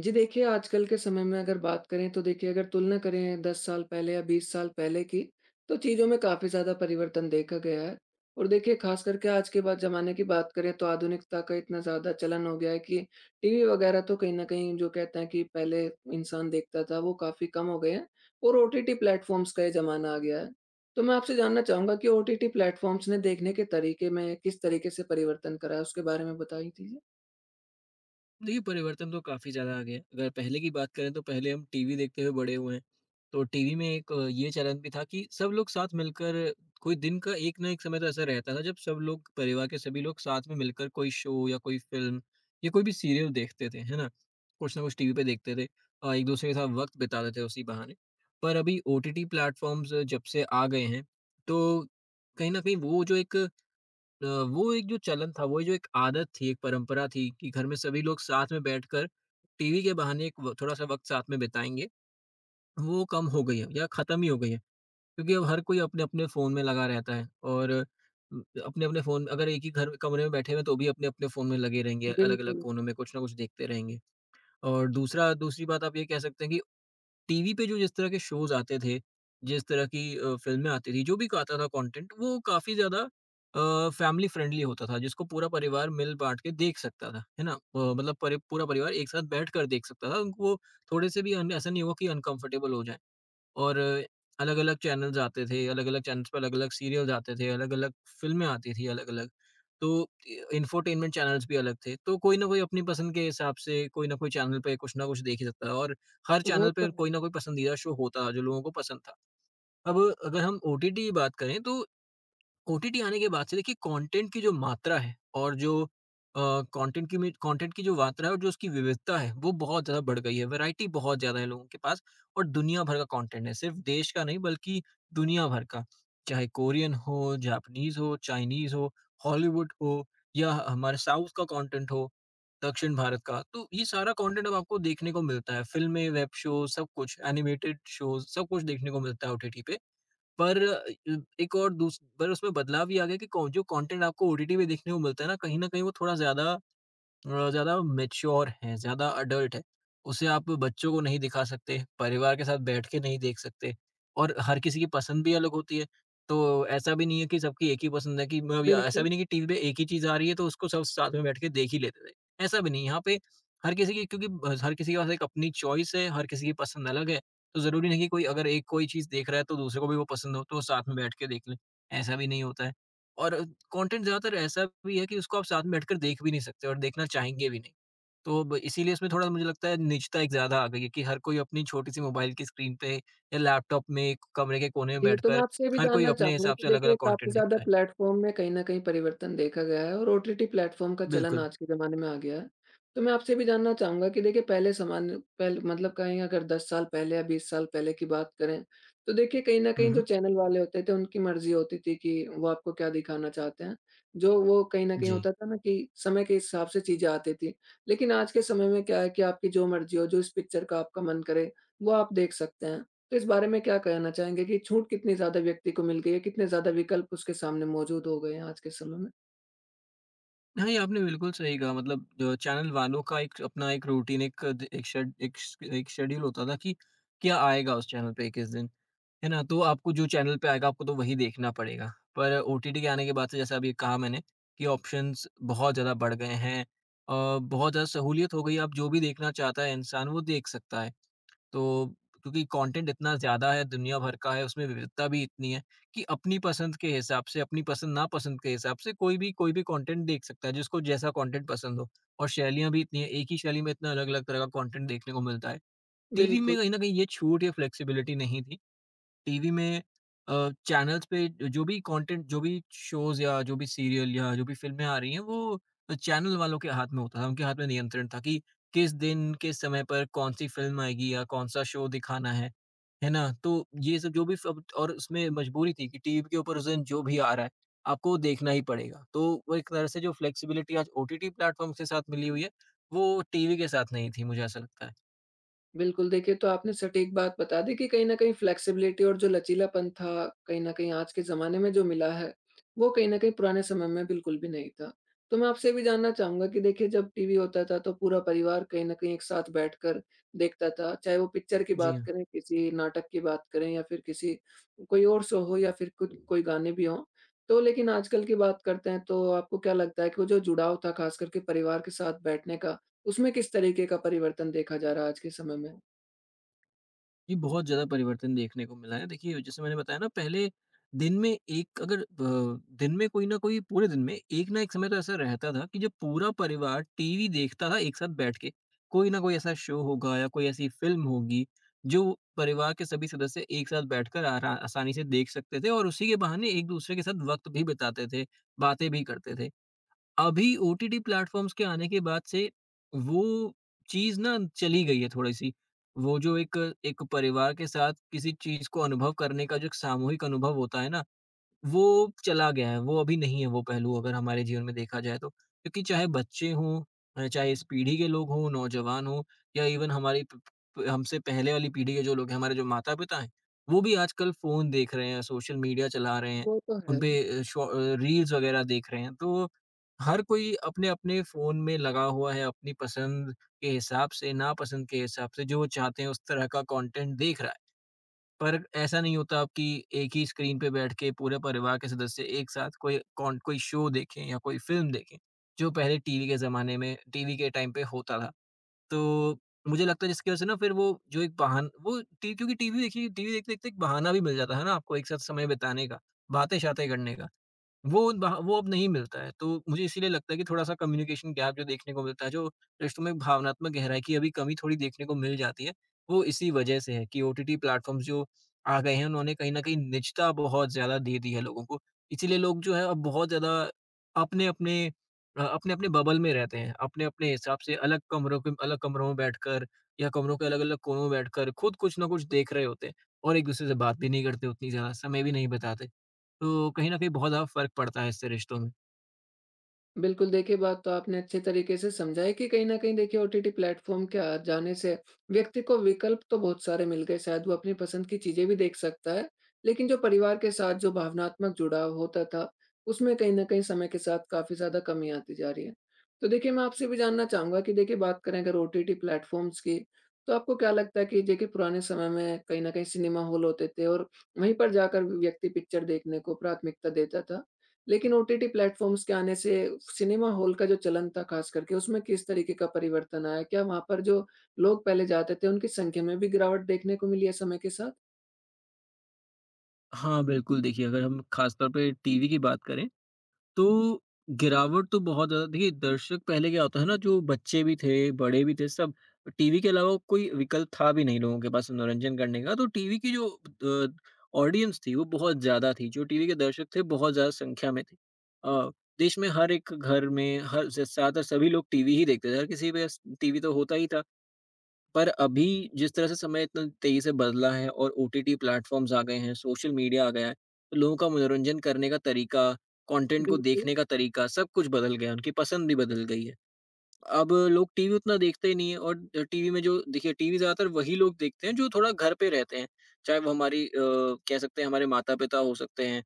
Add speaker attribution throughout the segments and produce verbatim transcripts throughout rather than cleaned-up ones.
Speaker 1: जी देखिए, आजकल के समय में अगर बात करें तो देखिए अगर तुलना करें दस साल पहले या बीस साल पहले की, तो चीज़ों में काफ़ी ज़्यादा परिवर्तन देखा गया है। और देखिए ख़ास करके आज के बाद ज़माने की बात करें तो आधुनिकता का इतना ज़्यादा चलन हो गया है कि टीवी वग़ैरह तो कहीं न कहीं जो कहते हैं कि पहले इंसान देखता था वो काफ़ी कम हो गए हैं और ओटीटी प्लेटफ़ॉर्म्स का ये ज़माना आ गया है। तो मैं आपसे जानना चाहूँगा कि ओटीटी प्लेटफ़ॉर्म्स ने देखने के तरीके में किस तरीके से परिवर्तन करा है? उसके बारे में बताइए चीज़ें?
Speaker 2: देखिए, परिवर्तन तो काफ़ी ज़्यादा आ गया है। अगर पहले की बात करें तो पहले हम टीवी देखते हुए बड़े हुए हैं। तो टीवी में एक अ, ये चलन भी था कि सब लोग साथ मिलकर कोई दिन का एक ना एक समय तो ऐसा रहता था जब सब लोग परिवार के सभी लोग साथ में मिलकर कोई शो या कोई फ़िल्म या कोई भी सीरियल देखते थे, है ना? कुछ ना कुछ टीवी पे देखते थे। अ, एक-दूसरे के साथ वक़्त बिताते थे उसी बहाने। पर अभी ओटीटी प्लेटफ़ॉर्म्स जब से आ गए हैं, तो कहीं न कहीं वो जो एक अ, वो एक जो चलन था, वो जो एक आदत थी, एक परंपरा थी कि घर में सभी लोग साथ में बैठकर टीवी के बहाने एक व थोड़ा-सा वक़्त साथ में बिताएँगे, वो कम हो गई है या ख़त्म ही हो गई है। क्योंकि अब हर कोई अपने-अपने फ़ोन में लगा रहता है और उम, अपने-अपने फ़ोन अगर एक ही घर कमरे में बैठे हुए हैं, तो भी अपने-अपने फ़ोन में लगे रहेंगे, अलग-अलग
Speaker 1: बिल्कुल।
Speaker 2: कोनों में कुछ ना कुछ देखते रहेंगे। और दूसरा दूसरी बात आप ये कह सकते हैं कि टीवी पे जो जिस तरह के शोज़ आते थे, जिस तरह की अ, फ़िल्में आती थी, जो भी आता था कंटेंट वो काफ़ी ज़्यादा अ, फैमिली फ्रेंडली होता था, जिसको पूरा परिवार मिल-बाँट के देख सकता था, है ना? अ, मतलब परि पूरा परिवार एक साथ बैठकर देख सकता था, उनको थोड़े-से भी अन ऐसा नहीं हुआ कि अनकम्फ़र्टेबल हो जाएँ। और अलग-अलग चैनल्स आते थे, अलग-अलग चैनल्स पे अलग-अलग सीरियल्स आते थे, अलग-अलग फ़िल्में आती थी अलग-अलग। तो इ इंफोटेनमेंट चैनल्स भी अलग थे। तो कोई ना कोई अपनी पसंद के हिसाब से कोई ना कोई चैनल पे कुछ ना कुछ देख ही सकता है और हर
Speaker 1: वो
Speaker 2: चैनल
Speaker 1: तो
Speaker 2: पे कोई
Speaker 1: है।
Speaker 2: ना कोई पसंदीदा शो होता, जो लोगों को पसंद था। अब अगर हम ओटीटी की बात करें तो ओटीटी आने के बाद से देखिए कंटेंट की जो मात्रा है और जो कंटेंट की कंटेंट की जो मात्रा है और जो उसकी विविधता है वो बहुत ज़्यादा बढ़ गई है वैरायटी बहुत ज़्यादा है लोगों के पास और दुनिया भर का कंटेंट है सिर्फ देश का नहीं बल्कि दुनिया भर का चाहे कोरियन हो जापानीज हो चाइनीज हो हॉलीवुड हो या हमारे साउथ का कंटेंट हो दक्षिण भारत का। तो ये सारा कंटेंट अब आपको देखने को मिलता है, फिल्में, वेब शो सब कुछ, एनिमेटेड शोज सब कुछ देखने को मिलता है ओटीटी पे। पर अ, एक और दूस पर उसमें बदलाव ये आ गया कि कौन जो कॉन्टेंट आपको ओटीटी पे देखने को मिलता है ना, कहीं न कहीं वो थोड़ा ज़्यादा अ, ज़्यादा मैच्योर हैं, ज़्यादा अडल्ट हैं। उसे आप बच्चों को नहीं दिखा सकते, परिवार के साथ बैठ के नहीं देख सकते और हर किसी की पसंद भी अलग होती है। तो ऐसा भी नहीं है कि सबकी एक ही पसंद है कि मतलब, या ऐसा
Speaker 1: बिल्कुल।
Speaker 2: भी नहीं कि टीवी पे एक ही चीज़ आ रही है तो उसको सब साथ में बैठ के देख ही लेते थे। ऐसा भी नहीं है, यहाँ पे हर किसी की क्योंकि ब हर किसी के पास एक अपनी चॉइस है, हर किसी की पसंद अलग है। तो ज़रूरी नहीं कि कोई अगर एक कोई चीज़ देख रहा है तो दूसरे को भी वो पसंद हो तो वो साथ में बैठ के देख लें, ऐसा भी नहीं होता है। और कंटेंट ज़्यादातर ऐसा भी है कि उसको आप साथ में बैठकर देख भी नहीं सकते और देखना चाहेंगे भी नहीं। तो ब इसीलिए इसमें थोड़ा मुझे लगता है निजता एक ज़्यादा आ गई है कि हर कोई अपनी छोटी-सी मोबाइल की स्क्रीन पे या लैपटॉप में एक कमरे के कोने में
Speaker 1: जी, तो मैं
Speaker 2: बैठकर
Speaker 1: आपसे ये भी
Speaker 2: हर कोई
Speaker 1: जानना
Speaker 2: अपने
Speaker 1: चाहूँगा
Speaker 2: हिसाब
Speaker 1: कि
Speaker 2: से अलग-अलग
Speaker 1: देखिए काफ़ी
Speaker 2: कंटेंट
Speaker 1: ज़्यादा
Speaker 2: देखता है।
Speaker 1: प्लेटफ़ॉर्म में कहीं न कहीं परिवर्तन देखा गया है और ओटीटी प्लेटफ़ॉर्म का चलन
Speaker 2: बिल्कुल।
Speaker 1: आज के ज़माने में आ गया है। तो मैं आपसे ये भी जानना चाहूँगा कि देखिए पहले सामान्य पहल मतलब कहीं अगर दस साल पहले या बीस साल पहले की बात करें, तो देखिए कहीं न
Speaker 2: हुँ,
Speaker 1: कहीं जो
Speaker 2: हुँ।
Speaker 1: चैनल वाले होते थे उनकी मर्ज़ी होती थी कि वो आपको क्या दिखाना चाहते हैं। जो वो कहीं न कहीं
Speaker 2: जी।
Speaker 1: होता था ना कि समय के हिसाब से चीज़ें आती थी। लेकिन आज के समय में क्या है कि आपकी जो मर्ज़ी हो, जो इस पिक्चर का आपका मन करे, वो आप देख सकते हैं। तो इस बारे में क्या कहना चाहेंगे कि छूट कितनी ज़्यादा व्यक्ति को मिल गई है? कितने ज़्यादा विकल्प उसके सामने मौजूद हो गए हैं आज के समय में?
Speaker 2: हाँ, ये आपने बिल्कुल सही कहा। मतलब अ, चैनल वालों का एक अपना एक रूटीन, एक द एक शेड एक श एक शेड्यूल होता था कि क्या आएगा उस चैनल पे किस दिन, है ना? तो आपको जो चैनल पे आएगा आपको तो वही देखना पड़ेगा। पर ओटीटी के आने के बाद से जैसा अभी कहा मैंने कि ऑप्शंस बहुत ज़्यादा बढ़ गए हैं। अ, बहुत ज़्यादा सहूलियत हो गई है, अब जो भी देखना चाहता है इंसान वो देख सकता है। तो क्योंकि कंटेंट इतना ज़्यादा है, दुनिया भर का है, उसमें विविधता भी इतनी है कि अपनी पसंद के हिसाब से, अपनी पसंद नापसंद के हिसाब से कोई भी कोई भी कंटेंट देख सकता है, जिसको जैसा कंटेंट पसंद हो। और शैलियाँ भी इतनी हैं, एक ही शैली में इतना अलग-अलग तरह का कंटेंट देखने को मिलता है। टीवी में
Speaker 1: बिल्कुल।
Speaker 2: कहीं न कहीं ये छूट या फ्लेक्सिबिलिटी नहीं थी। टीवी में अ, चैनल्स पे जो जो भी कंटेंट, जो भी शोज़ या जो भी सीरियल या जो भी फ़िल्में आ रही हैं, वो चैनल वालों के हाथ में होता था, उनके हाथ में नियंत्रण था कि किस दिन, किस समय पर कौन-सी फ़िल्म आएगी या कौन-सा शो दिखाना है, है ना? तो ये सब जो भी सब और उसमें मजबूरी थी कि टीवी के ऊपर उस दिन जो भी आ रहा है, आपको देखना ही पड़ेगा। तो वो एक तरह से जो फ्लेक्सिबिलिटी आज ओटीटी प्लेटफ़ॉर्म्स के साथ मिली हुई है, वो टीवी के साथ नहीं थी, मुझे ऐसा लगता है।
Speaker 1: बिल्कुल, देखिए तो आपने सटीक बात बता दी कि कहीं न कहीं फ्लेक्सिबिलिटी और जो लचीलापन था, कहीं न कहीं आज के ज़माने में जो मिला है, वो कहीं न कहीं पुराने समय में बिल्कुल भी नहीं था। तो मैं आपसे ये भी जानना चाहूँगा कि देखिए जब टीवी होता था तो पूरा परिवार कहीं न कहीं एक साथ बैठकर देखता था, चाहे वो पिक्चर की
Speaker 2: जी
Speaker 1: बात
Speaker 2: हाँ।
Speaker 1: करें, किसी नाटक की बात करें या फिर किसी कोई और शो हो या फिर कुछ कोई गाने भी हों। तो लेकिन आजकल की बात करते हैं तो आपको क्या लगता है कि वो जो जुड़ाव था ख़ास करके परिवार के साथ बैठने का, उसमें किस तरीके का परिवर्तन देखा जा रहा है आज के समय में?
Speaker 2: जी, बहुत ज़्यादा परिवर्तन देखने को मिला है। देखिए, जैसे मैंने बताया ना, पहले दिन में एक अगर अ, दिन में कोई ना कोई, पूरे दिन में एक ना एक समय तो ऐसा रहता था कि जब पूरा परिवार टीवी देखता था एक साथ बैठ के। कोई ना कोई ऐसा शो होगा या कोई ऐसी फ़िल्म होगी जो परिवार के सभी सदस्य एक साथ बैठकर आरा आसानी से देख सकते थे और उसी के बहाने एक-दूसरे के साथ वक़्त भी बिताते थे, बातें भी करते थे। अभी ओटीटी प्लेटफ़ॉर्म्स के आने के बाद से वो चीज़ ना चली गई है थोड़ी-सी। वो जो एक एक परिवार के साथ किसी चीज़ को अनुभव करने का जो एक सामूहिक अनुभव होता है ना, वो चला गया है, वो अभी नहीं है वो पहलू अगर हमारे जीवन में देखा जाए तो। क्योंकि चाहे बच्चे हों, अ, चाहे इस पीढ़ी के लोग हों, नौजवान हों या इवन हमारी प प हमसे पहले वाली पीढ़ी के जो लोग हैं, हमारे जो माता-पिता हैं, वो भी आजकल फ़ोन देख रहे हैं, सोशल मीडिया चला रहे हैं,
Speaker 1: वो तो
Speaker 2: उन
Speaker 1: है।
Speaker 2: पे अ, शॉ अ, रील्स वगैरह देख रहे हैं। तो हर कोई अपने-अपने फ़ोन में लगा हुआ है, अपनी पसंद के हिसाब से, नापसंद के हिसाब से, जो वो चाहते हैं उस तरह का कंटेंट देख रहा है। पर ऐसा नहीं होता अब कि एक ही स्क्रीन पे बैठ के पूरे परिवार के सदस्य एक साथ कोई कौन कोई शो देखें या कोई फ़िल्म देखें, जो पहले टीवी के ज़माने में टीवी के टाइम पे होता था। तो मुझे लगता है जिसकी वज़ह से ना फिर वो जो एक बहान वो टी क्योंकि टीवी देखिए टीवी देखते-देखते एक बहाना भी मिल जाता है ना आपको एक साथ समय बिताने का, बातें-शातें करने का। वो वहाँ वो अब नहीं मिलता है, तो मुझे इसीलिए लगता है कि थोड़ा-सा कम्युनिकेशन गैप जो देखने को मिलता है, जो रिश्तों में भावनात्मक गहराई की अभी कमी थोड़ी देखने को मिल जाती है, वो इसी वजह से है कि ओटीटी प्लेटफ़ॉर्म्स जो आ गए हैं, उन्होंने कहीं न कहीं निजता बहुत ज़्यादा दे दी है लोगों को। इसीलिए लोग जो है अब बहुत ज़्यादा अपने-अपने अ, अपने-अपने बबल में रहते हैं, अपने-अपने हिसाब से अलग कमरों के अलग कमरों में बैठकर या कमरों के अलग-अलग कोनों में बैठकर खुद कुछ ना कुछ देख रहे होते हैं और एक-दूसरे से बात भी नहीं करते उतनी ज़्यादा, समय भी नहीं बिताते। तो कहीं न कहीं बहुत ज़्यादा फ़र्क पड़ता है इससे रिश्तों में।
Speaker 1: बिल्कुल, देखिए बात तो आपने अच्छे तरीके से समझाई कि कहीं न कहीं देखिए ओटीटी प्लेटफ़ॉर्म के आ जाने से व्यक्ति को विकल्प तो बहुत सारे मिल गए, शायद वो अपनी पसंद की चीज़ें भी देख सकता है। लेकिन जो परिवार के साथ जो भावनात्मक जुड़ाव होता था, उसमें कहीं न कहीं समय के साथ काफ़ी ज़्यादा कमी आती जा रही है। तो देखिए मैं आपसे भी जानना चाहूँगा कि देखिए बात करें अगर ओटीटी प्लेटफ़ॉर्म्स की, तो आपको क्या लगता है कि देखिए पुराने समय में कहीं न कहीं सिनेमा हॉल होते थे और वहीं पर जाकर व्यक्ति पिक्चर देखने को प्राथमिकता देता था? लेकिन ओटीटी प्लेटफ़ॉर्म्स के आने से सिनेमा हॉल का जो चलन था ख़ास करके उसमें किस तरीके का परिवर्तन आया? क्या वहाँ पर जो लोग पहले जाते थे उनकी संख्या में भी गिरावट देखने को मिली है समय के साथ?
Speaker 2: हाँ, बिल्कुल। देखिए अगर हम ख़ास तौर पे टीवी की बात करें, तो गिरावट तो बहुत ज़्यादा। देखिए दर्शक पहले क्या होता है ना, जो बच्चे भी थे, बड़े भी थे, सब टीवी के अलावा कोई विकल्प था भी नहीं लोगों के पास मनोरंजन करने का, तो टीवी की जो अ, ऑडियंस थी वो बहुत ज़्यादा थी, जो टीवी के दर्शक थे बहुत ज़्यादा संख्या में थे। अ, देश में हर एक घर में, हर ज़्यादातर सभी लोग टीवी ही देखते थे, हर किसी के पास टीवी तो होता ही था। पर अभी जिस तरह से समय इतना तेज़ी से बदला है और ओटीटी प्लेटफ़ॉर्म्स आ गए हैं, सोशल मीडिया आ गया है, तो लोगों का मनोरंजन करने का तरीका, कंटेंट को
Speaker 1: बिल्कुल,
Speaker 2: देखने का तरीका सब कुछ बदल गया है, उनकी पसंद भी बदल गई है। अब लोग टीवी उतना देखते ही नहीं हैं और टीवी में जो देखिए टीवी ज़्यादातर वही लोग देखते हैं जो थोड़ा घर पे रहते हैं, चाहे वो हमारी अ, कह सकते हैं हमारे माता-पिता हो सकते हैं,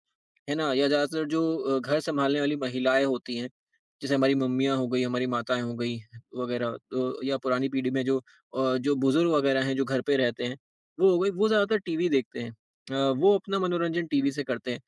Speaker 2: है ना? या ज़्यादातर जो अ, घर सँभालने वाली महिलाएँ होती हैं, जैसे हमारी मम्मियाँ हो गई, हमारी माताएँ हो गई वगैरह तो या पुरानी पीढ़ी में जो अ, जो बुज़ुर्ग वगैरह हैं, जो घर पे रहते हैं, वो हो गई, वो ज़्यादातर टीवी देखते हैं। अ, वो अपना मनोरंजन टीवी से करते हैं।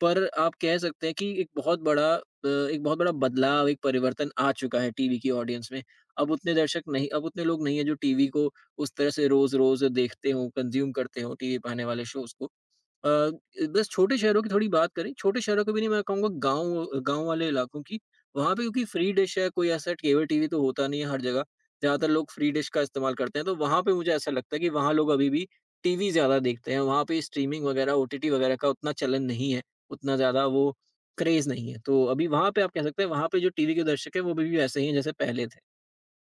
Speaker 2: पर आप कह सकते हैं कि एक बहुत बड़ा अ, एक बहुत बड़ा बदलाव, एक परिवर्तन आ चुका है टीवी की ऑडियंस में। अब उतने दर्शक नहीं अब उतने लोग नहीं हैं जो टीवी को उस तरह से रोज़-रोज़ देखते हों, कंज़्यूम करते हों, टीवी पे आने वाले शोज़ को। अ, बस छोटे शहरों की थोड़ी बात करें, छोटे शहरों की भी नहीं, मैं कहूँगा गाँव गाँव वाले इलाकों की वहाँ पे क्योंकि फ्री डिश है, कोई ऐसा केबल टीवी तो होता नहीं है हर जगह, ज़्यादातर लोग फ्री डिश का इस्तेमाल करते हैं, तो वहाँ पे मुझे ऐसा लगता है कि वहाँ लोग अभी भी टीवी ज़्यादा देखते हैं, वहाँ पे स्ट्रीमिंग वगैरह, ओटीटी वगैरह का उतना चलन नहीं है, उतना ज़्यादा वो क्रेज़ नहीं है। तो अभी वहाँ पे आप कह सकते हैं, वहाँ पे जो टीवी के दर्शक हैं, वो अभी भी वैसे ही हैं जैसे पहले थे।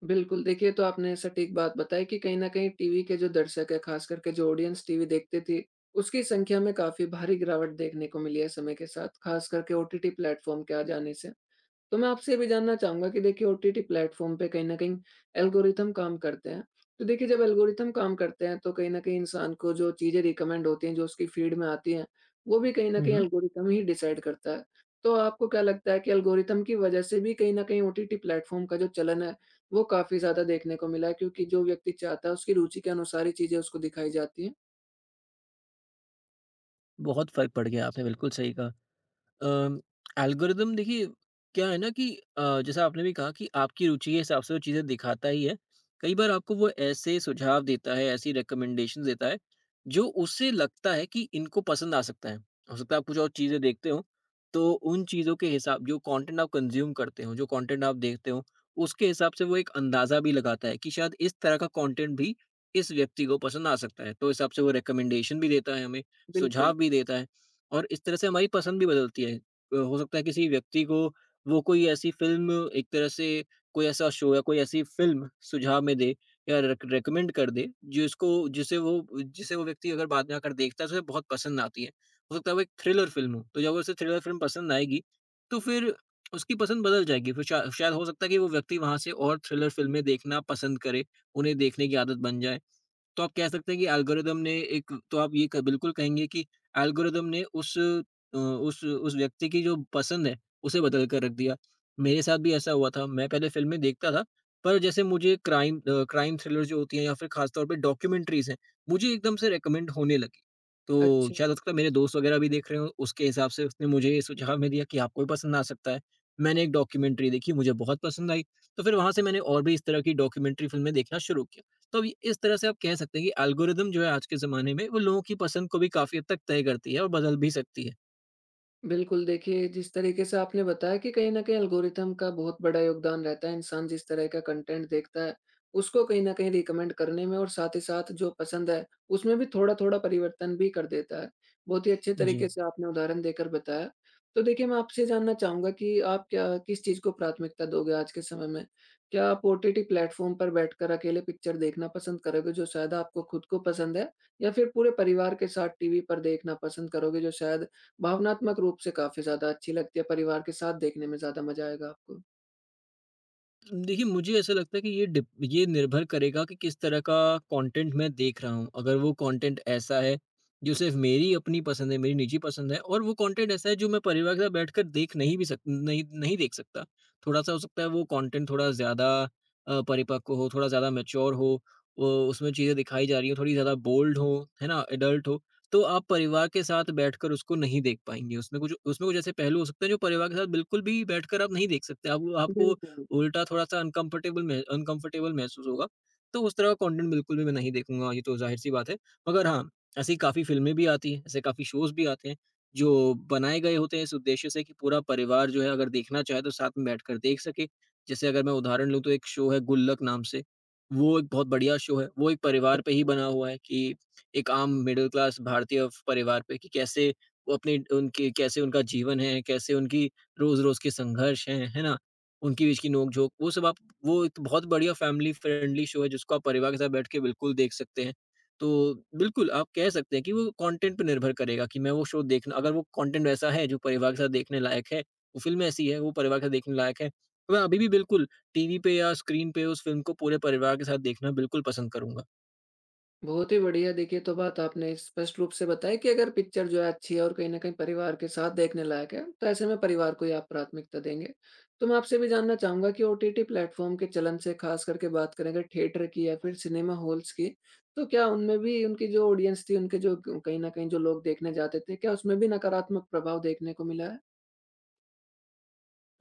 Speaker 1: बिल्कुल। देखिए तो आपने सटीक बात बताई कि कहीं न कहीं टीवी के जो दर्शक हैं, ख़ास करके जो ऑडियंस टीवी देखते थे, उसकी संख्या में काफ़ी भारी गिरावट देखने को मिली है समय के साथ, ख़ास करके ओटीटी प्लेटफ़ॉर्म के आ जाने से। तो मैं आपसे ये भी जानना चाहूँगा कि देखिए ओटीटी प्लेटफ़ॉर्म पे कहीं न कहीं एल्गोरिदम काम करते हैं। तो देखिए जब एल्गोरिदम काम करते हैं तो कहीं न कहीं इंसान को जो चीज़ें रिकमेंड होती हैं, जो उसकी फ़ीड में आती हैं, वो भी कहीं न
Speaker 2: हुँ,
Speaker 1: कहीं
Speaker 2: हुँ।
Speaker 1: एल्गोरिदम ही डिसाइड करता है। तो आपको क्या लगता है कि एल्गोरिदम की वजह से भी कहीं न कहीं ओटीटी प्लेटफ़ॉर्म का जो चलन है, वो काफ़ी ज़्यादा देखने को मिला है क्योंकि जो व्यक्ति चाहता है उसकी रुचि के अनुसार ही चीज़ें उसको दिखाई जाती हैं?
Speaker 2: बहुत फ़र्क पड़ गया, आपने बिल्कुल सही कहा। अ, एल्गोरिदम देखिए क्या है ना कि अ, जैसा आपने भी कहा कि आपकी रुचि के हिसाब से वो चीज़ें दिखाता ही है। कई बार आपको वो ऐसे सुझाव देता है, ऐसी रिकमेंडेशंस देता है, जो उसे लगता है कि इनको पसंद आ सकता है। हो सकता है आप कुछ और चीज़ें देखते हो, तो उन चीज़ों के हिसाब जो कंटेंट आप कंज़्यूम करते हो, जो कंटेंट आप देखते हो, उसके हिसाब से वो एक अंदाज़ा भी लगाता है कि शायद इस तरह का कंटेंट भी इस व्यक्ति को पसंद आ सकता है। तो इस हिसाब से वो रिकमेंडेशन भी देता है हमें,
Speaker 1: बिल्कुल,
Speaker 2: सुझाव भी देता है। और इस तरह से हमारी पसंद भी बदलती है। अ, हो सकता है किसी व्यक्ति को वो कोई ऐसी फ़िल्म एक तरह से कोई ऐसा शो या कोई ऐसी फ़िल्म सुझाव में दे या रेक रेकमेंड कर दे जिसको जिसे वो जिसे वो व्यक्ति अगर बाद में आकर देखता है तो उसे बहुत पसंद आती है। हो सकता है वो एक थ्रिलर फ़िल्म हो, तो जब उसे थ्रिलर फ़िल्म पसंद आएगी तो फिर उसकी पसंद बदल जाएगी। फिर शा शायद हो सकता है कि वो व्यक्ति वहाँ से और थ्रिलर फ़िल्में देखना पसंद करे, उन्हें देखने की आदत बन जाए। तो आप कह सकते हैं कि एल्गोरिदम ने एक तो आप ये क बिल्कुल कहेंगे कि एल्गोरिदम ने उस अ, उस उस व्यक्ति की जो पसंद है, उसे बदल कर रख दिया। मेरे साथ भी ऐसा हुआ था, मैं पहले फ़िल्में देखता था, पर जैसे मुझे क्राइम अ, क्राइम थ्रिलर जो होती हैं या फिर ख़ास तौर पे डॉक्यूमेंट्रीज़ हैं, मुझे एकदम से रिकमेंड होने लगी। तो
Speaker 1: अच्छा।
Speaker 2: शायद हो सकता है मेरे दोस्त वग़ैरह भी देख रहे हों, उसके हिसाब से उसने मुझे ये सुझाव में दिया कि आपको भी पसंद आ सकता है। मैंने एक डॉक्यूमेंट्री देखी, मुझे बहुत पसंद आई, तो फिर वहाँ से मैंने और भी इस तरह की डॉक्यूमेंट्री फ़िल्में देखना शुरू किया। तो अब ये- इस तरह से आप कह सकते हैं कि एल्गोरिदम जो है आज के ज़माने में वो लोगों की पसंद को भी काफ़ी हद तक तय करती है और बदल भी सकती है।
Speaker 1: बिल्कुल, देखिए जिस तरीके से आपने बताया कि कहीं न कहीं एल्गोरिथम का बहुत बड़ा योगदान रहता है, इंसान जिस तरह का कंटेंट देखता है, उसको कहीं न कहीं रिकमेंड करने में और साथ ही साथ जो पसंद है, उसमें भी थोड़ा-थोड़ा परिवर्तन भी कर देता है। बहुत ही अच्छे
Speaker 2: जी।
Speaker 1: तरीके से आपने उदाहरण देकर बताया। तो देखिए मैं आपसे जानना चाहूँगा कि आप क्या किस चीज़ को प्राथमिकता दोगे आज के समय में? क्या आप ओटीटी प्लेटफ़ॉर्म पर बैठकर अकेले पिक्चर देखना पसंद करोगे जो शायद आपको खुद को पसंद है? या फिर पूरे परिवार के साथ टीवी पर देखना पसंद करोगे जो शायद भावनात्मक रूप से काफ़ी ज़्यादा अच्छी लगती है, परिवार के साथ देखने में ज़्यादा मज़ा आएगा आपको।
Speaker 2: देखिए, मुझे ऐसा लगता है कि ये डिप ये निर्भर करेगा कि किस तरह का कंटेंट मैं देख रहा हूँ। अगर वो कंटेंट ऐसा है, जो सिर्फ़ मेरी अपनी पसंद है, मेरी निजी पसंद है और वो कंटेंट ऐसा है जो मैं परिवार के साथ बैठकर देख नहीं भी सक नहीं नहीं देख सकता। थोड़ा-सा हो सकता है वो कंटेंट थोड़ा ज़्यादा अ, परिपक्व हो, थोड़ा ज़्यादा मैच्योर हो, अ, उसमें चीज़ें दिखाई जा रही हों, थोड़ी ज़्यादा बोल्ड हो, है ना? एडल्ट हो, तो आप परिवार के साथ बैठकर उसको नहीं देख पाएँगे। उसमें कुछ उसमें कुछ ऐसे पहलू हो सकते हैं जो परिवार के साथ बिल्कुल भी बैठकर आप नहीं देख सकते। आप आपको
Speaker 1: बिल्कुल,
Speaker 2: उल्टा थोड़ा-सा अनकम्फर्टेबल मह अनकम्फर्टेबल महसूस होगा। तो उस तरह का कंटेंट बिल्कुल भी मैं नहीं देखूँगा, ये तो ज़ाहिर-सी बात है। मगर हाँ, ऐसी काफ़ी फ़िल्में भी आती हैं, ऐसे काफ़ी शोज़ भी आते हैं, जो बनाए गए होते हैं इस उद्देश्य से कि पूरा परिवार जो है अगर देखना चाहे तो साथ में बैठकर देख सके। जैसे अगर मैं उदाहरण लूँ तो एक शो है गुल्लक नाम से, वो एक बहुत बढ़िया शो है। वो एक परिवार पे ही
Speaker 1: अच्छा।
Speaker 2: बना हुआ है कि एक आम मिडल क्लास भारतीय फ परिवार पे कि कैसे वो अपने उनके कैसे उनका जीवन है, कैसे उनकी रोज़-रोज़ के संघर्ष हैं, है ना? उनके बीच की नोक-झोंक, वो सब आप वो एक बहुत बढ़िया फैमिली फ्रेंडली शो है जिसको आप परिवार के साथ बैठ के बिल्कुल देख सकते हैं। तो बिल्कुल, आप कह सकते हैं कि वो कंटेंट पे निर्भर करेगा कि मैं वो शो देखना अगर वो कंटेंट वैसा है जो परिवार के साथ देखने लायक है, वो फ़िल्म ऐसी है वो परिवार के साथ देखने लायक है, तो मैं अभी भी बिल्कुल टीवी पे या स्क्रीन पे उस फ़िल्म को पूरे परिवार के साथ देखना बिल्कुल पसंद करूँगा।
Speaker 1: बहुत ही बढ़िया देखिए तो बात आपने स्पष्ट रूप से बताई कि अगर पिक्चर जो है अच्छी है और कहीं न कहीं परिवार के साथ देखने लायक है, तो ऐसे में परिवार को ही आप प्राथमिकता देंगे। तो मैं आपसे भी जानना चाहूँगा कि ओटीटी प्लेटफ़ॉर्म के चलन से ख़ास करके बात करें अगर थिएटर की या फिर सिनेमा हॉल्स की, तो क्या उनमें भी उनकी जो ऑडियंस थी, उनके जो क कहीं न कहीं जो लोग देखने जाते थे, क्या उसमें भी नकारात्मक प्रभाव देखने को मिला है?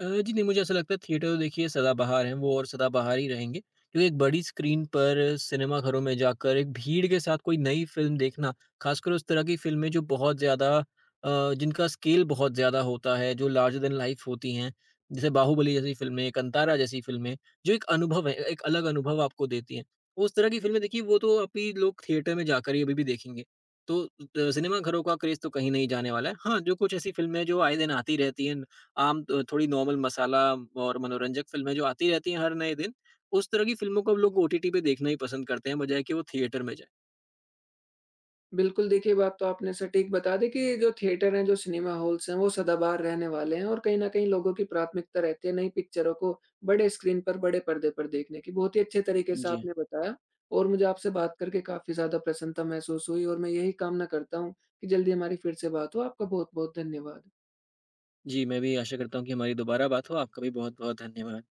Speaker 2: अ, जी नहीं, मुझे ऐसा लगता है थिएटर तो देखिए सदाबहार हैं वो और सदाबहार ही रहेंगे। क्योंकि एक बड़ी स्क्रीन पर सिनेमाघरों में जाकर एक भीड़ के साथ कोई नई फ़िल्म देखना, ख़ासकर उस तरह की फ़िल्में जो बहुत ज़्यादा अ, जिनका स्केल बहुत ज़्यादा होता है, जो लार्जर दैन लाइफ़ होती हैं, जैसे बाहुबली जैसी फ़िल्में, कांतारा जैसी फ़िल्में, जो एक अनुभव है, एक अलग अनुभव आपको देती हैं। उस तरह की फ़िल्में देखिए वो तो अभी लोग थिएटर में जाकर ही अभी-भी देखेंगे। तो अ, सिनेमाघरों का क्रेज़ तो कहीं नहीं जाने वाला है। हाँ, जो कुछ ऐसी फ़िल्में हैं जो आए दिन आती रहती हैं आम अ, थोड़ी नॉर्मल मसाला और मनोरंजक फ़िल्में जो आती रहती हैं हर नए दिन, उस तरह की फ़िल्मों को अब लोग ओटीटी पे देखना ही पसंद करते हैं बजाए कि वो थिएटर में जाएँ।
Speaker 1: बिल्कुल, देखिए बात तो आपने सटीक बता दी कि जो थिएटर हैं, जो सिनेमा हॉल्स हैं, वो सदाबहार रहने वाले हैं और कहीं न कहीं लोगों की प्राथमिकता रहती है नई पिक्चरों को बड़े स्क्रीन पर, बड़े पर्दे पर देखने की। बहुत ही अच्छे तरीके से
Speaker 2: जी।
Speaker 1: आपने बताया और मुझे आपसे बात करके काफ़ी ज़्यादा प्रसन्नता महसूस हुई और मैं यही कामना करता हूँ कि जल्दी हमारी फिर से बात हो। आपका बहुत-बहुत धन्यवाद।
Speaker 2: जी, मैं भी आशा करता हूँ कि हमारी दोबारा बात हो। आपका भी बहुत-बहुत धन्यवाद।